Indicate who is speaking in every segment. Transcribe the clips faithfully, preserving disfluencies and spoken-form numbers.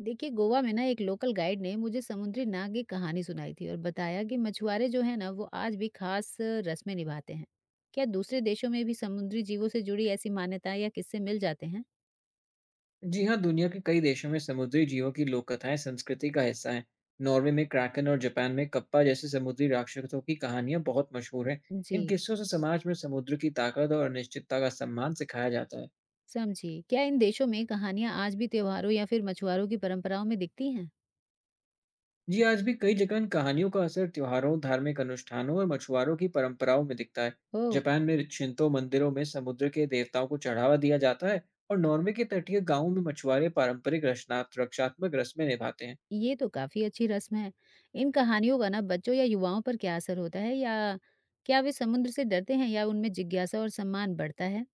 Speaker 1: देखिए गोवा में ना एक लोकल गाइड ने मुझे समुद्री नाग की कहानी सुनाई थी और बताया कि मछुआरे जो है ना वो आज भी खास अ, रस्में निभाते हैं। क्या दूसरे देशों में भी समुद्री जीवों से जुड़ी ऐसी मान्यताएं या किस्से मिल जाते हैं।
Speaker 2: जी हाँ, दुनिया के कई देशों में समुद्री जीवों की लोक कथाएं संस्कृति का हिस्सा हैं। नॉर्वे में क्रैकन और जापान में कप्पा जैसे समुद्री राक्षसों की कहानियां बहुत मशहूर हैं।
Speaker 1: जी।
Speaker 2: इन किस्सों से समाज में समुद्र की ताकत और अनिश्चितता का सम्मान सिखाया जाता है।
Speaker 1: समझी, क्या इन देशों में कहानियां आज भी त्योहारों या फिर मछुआरों की परंपराओं में दिखती हैं।
Speaker 2: जी, आज भी कई जगह इन कहानियों का असर त्योहारों, धार्मिक अनुष्ठानों और मछुआरों की परंपराओं में दिखता है।
Speaker 1: ओह।
Speaker 2: जापान में शिंतो मंदिरों में समुद्र के देवताओं को चढ़ावा दिया जाता है और नॉर्वे के तटीय गांवों में मछुआरे पारंपरिक रचना रक्षात्मक रस्में निभाते हैं।
Speaker 1: ये तो काफी अच्छी रस्म है। इन कहानियों का ना बच्चों या युवाओं पर क्या असर होता है, या क्या वे समुद्र से डरते हैं या उनमें जिज्ञासा और सम्मान बढ़ता है।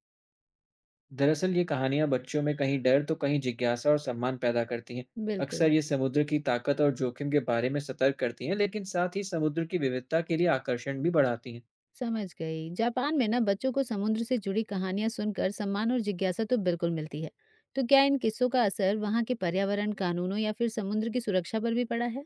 Speaker 2: दरअसल ये कहानियां बच्चों में कहीं डर तो कहीं जिज्ञासा और सम्मान पैदा करती हैं।
Speaker 1: बिल्कुल।
Speaker 2: अक्सर ये समुद्र की ताकत और जोखिम के बारे में सतर्क करती हैं, लेकिन साथ ही समुद्र की विविधता के लिए आकर्षण भी बढ़ाती हैं।
Speaker 1: समझ गई, जापान में ना बच्चों को समुद्र से जुड़ी कहानियां सुनकर सम्मान और जिज्ञासा तो बिल्कुल मिलती है। तो क्या इन किस्सों का असर वहाँ के पर्यावरण कानूनों या फिर समुद्र की सुरक्षा पर भी पड़ा है।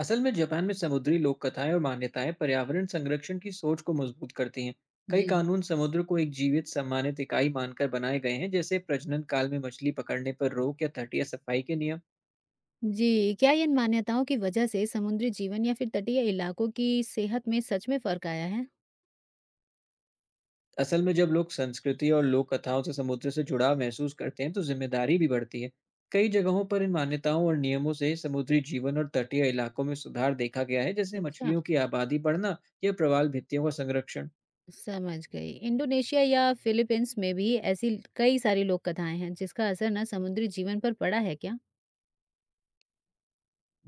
Speaker 2: असल में जापान में समुद्री लोक कथाएं और मान्यताएं पर्यावरण संरक्षण की सोच को मजबूत करती हैं। कई
Speaker 1: जी।
Speaker 2: कानून समुद्र को एक जीवित सम्मानित इकाई मानकर बनाए गए हैं, जैसे प्रजनन काल में मछली पकड़ने पर रोक या तटीय सफाई के नियम।
Speaker 1: जी, क्या इन मान्यताओं की वजह से समुद्री जीवन या फिर तटीय इलाकों की सेहत में सच में फर्क आया है।
Speaker 2: असल में जब लोग संस्कृति और लोक कथाओं से समुद्र से जुड़ाव महसूस करते हैं, तो जिम्मेदारी भी बढ़ती है। कई जगहों पर इन मान्यताओं और नियमों से समुद्री जीवन और तटीय इलाकों में सुधार देखा गया है, जैसे
Speaker 1: अच्छा।
Speaker 2: मछलियों की आबादी बढ़ना या प्रवाल भित्तियों का संरक्षण।
Speaker 1: समझ गई, इंडोनेशिया या फिलीपींस में भी ऐसी कई सारी लोक कथाएं हैं जिसका असर ना समुद्री जीवन पर पड़ा है क्या।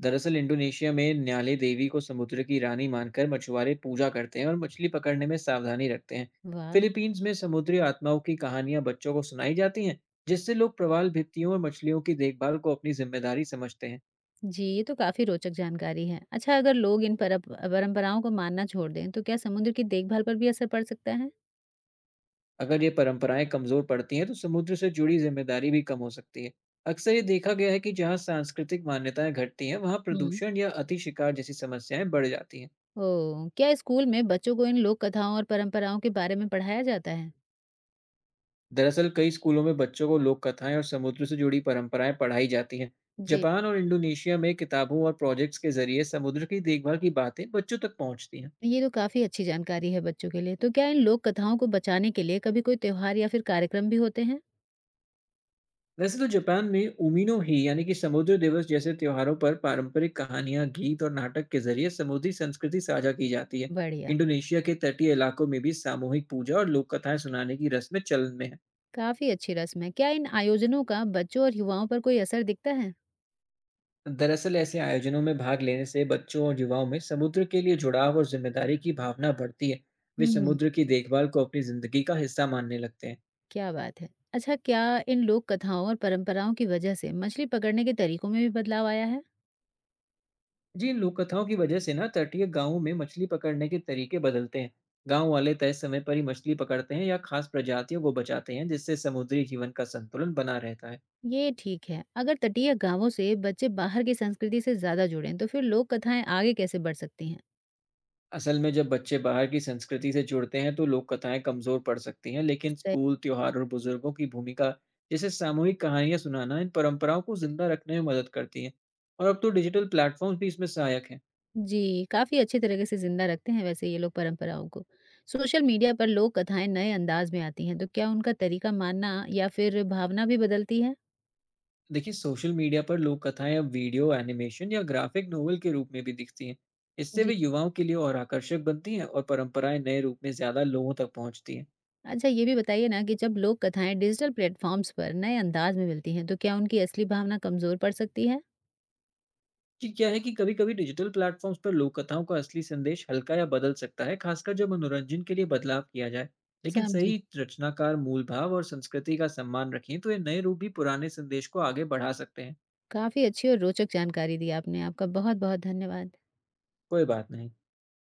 Speaker 2: दरअसल इंडोनेशिया में न्याले देवी को समुद्र की रानी मानकर मछुआरे पूजा करते हैं और मछली पकड़ने में सावधानी रखते हैं।
Speaker 1: वाह।
Speaker 2: फिलीपींस में समुद्री आत्माओं की कहानियां बच्चों को सुनाई जाती हैं, जिससे लोग प्रवाल भित्तियों और मछलियों की देखभाल को अपनी जिम्मेदारी समझते हैं।
Speaker 1: जी, ये तो काफ़ी रोचक जानकारी है। अच्छा, अगर लोग इन परप परंपराओं को मानना छोड़ दें, तो क्या समुद्र की देखभाल पर भी असर पड़ सकता है?
Speaker 2: अगर ये परंपराएं कमजोर पड़ती हैं, तो समुद्र से जुड़ी जिम्मेदारी भी कम हो सकती है। अक्सर ये देखा गया है कि जहाँ सांस्कृतिक मान्यताएं घटती हैं, वहाँ
Speaker 1: हुँ।
Speaker 2: प्रदूषण या अति शिकार जैसी समस्याएं बढ़ जाती हैं।
Speaker 1: ओह! क्या स्कूल में बच्चों को इन लोक कथाओं और परंपराओं के बारे में पढ़ाया जाता है?
Speaker 2: दरअसल कई स्कूलों में बच्चों को लोक कथाएं और समुद्र से जुड़ी परंपराएं पढ़ाई जाती हैं।
Speaker 1: जी,
Speaker 2: जापान और इंडोनेशिया में किताबों और प्रोजेक्ट्स के जरिए समुद्र की देखभाल की बातें बच्चों तक पहुंचती हैं।
Speaker 1: ये तो काफ़ी अच्छी जानकारी है बच्चों के लिए। तो क्या इन लोक कथाओं को बचाने के लिए कभी कोई त्योहार या फिर कार्यक्रम भी होते हैं?
Speaker 2: वैसे तो जापान में उमिनो ही यानी कि समुद्र दिवस जैसे त्योहारों पर पारंपरिक कहानियां, गीत और नाटक के जरिए समुद्री संस्कृति साझा की जाती है।
Speaker 1: बढ़िया,
Speaker 2: इंडोनेशिया के तटीय इलाकों में भी सामूहिक पूजा और लोक कथाएं सुनाने की रस्में चलन में है।
Speaker 1: काफ़ी अच्छी रस्म है। क्या इन आयोजनों का बच्चों और युवाओं पर कोई असर दिखता है?
Speaker 2: दरअसल ऐसे आयोजनों में भाग लेने से बच्चों और युवाओं में समुद्र के लिए जुड़ाव और जिम्मेदारी की भावना बढ़ती है। वे
Speaker 1: हुँ।
Speaker 2: समुद्र की देखभाल को अपनी जिंदगी का हिस्सा मानने लगते हैं।
Speaker 1: क्या बात है! अच्छा, क्या इन लोक कथाओं और परंपराओं की वजह से मछली पकड़ने के तरीकों में भी बदलाव आया है?
Speaker 2: जी, इन लोक कथाओं की वजह से ना तटीय गांवों में मछली पकड़ने के तरीके बदलते हैं। गांव वाले तय समय पर ही मछली पकड़ते हैं या खास प्रजातियों को बचाते हैं, जिससे समुद्री जीवन का संतुलन बना रहता है।
Speaker 1: ये ठीक है। अगर तटीय गाँवों से बच्चे बाहर की संस्कृति से ज़्यादा जुड़ें तो फिर लोक कथाएँ आगे कैसे बढ़ सकती हैं?
Speaker 2: असल में जब बच्चे बाहर की संस्कृति से जुड़ते हैं, तो लोक कथाएं कमजोर पड़ सकती हैं, लेकिन
Speaker 1: सही।
Speaker 2: स्कूल, त्योहार और बुजुर्गों की भूमिका जैसे सामूहिक कहानियां सुनाना इन परंपराओं को जिंदा रखने में मदद करती है। और अब तो डिजिटल प्लेटफॉर्म्स भी इसमें सहायक हैं।
Speaker 1: जी, काफ़ी अच्छे तरीके से ज़िंदा रखते हैं वैसे ये लोग परंपराओं को। सोशल मीडिया पर लोक कथाएँ नए अंदाज में आती हैं तो क्या उनका तरीका मानना या फिर भावना भी बदलती है?
Speaker 2: देखिए, सोशल मीडिया पर लोक कथाएं अब वीडियो, एनिमेशन या ग्राफिक नोवेल के रूप में भी दिखती हैं। इससे
Speaker 1: जी।
Speaker 2: वे युवाओं के लिए और आकर्षक बनती हैं और परंपराएं नए रूप में ज्यादा लोगों तक पहुंचती हैं।
Speaker 1: अच्छा, ये भी बताइए ना कि जब लोक कथाएँ डिजिटल प्लेटफ़ॉर्म्स पर नए अंदाज में मिलती हैं तो क्या उनकी असली भावना कमज़ोर पड़ सकती है?
Speaker 2: जी, क्या है कि कभी कभी डिजिटल प्लेटफॉर्म्स पर लोक कथाओं का असली संदेश हल्का या बदल सकता है, खासकर जब मनोरंजन के लिए बदलाव किया जाए। लेकिन
Speaker 1: समझी।
Speaker 2: सही रचनाकार मूल भाव और संस्कृति का सम्मान रखें तो ये नए रूप भी पुराने संदेश को आगे बढ़ा सकते हैं।
Speaker 1: काफ़ी अच्छी और रोचक जानकारी दी आपने। आपका बहुत-बहुत धन्यवाद।
Speaker 2: कोई बात नहीं।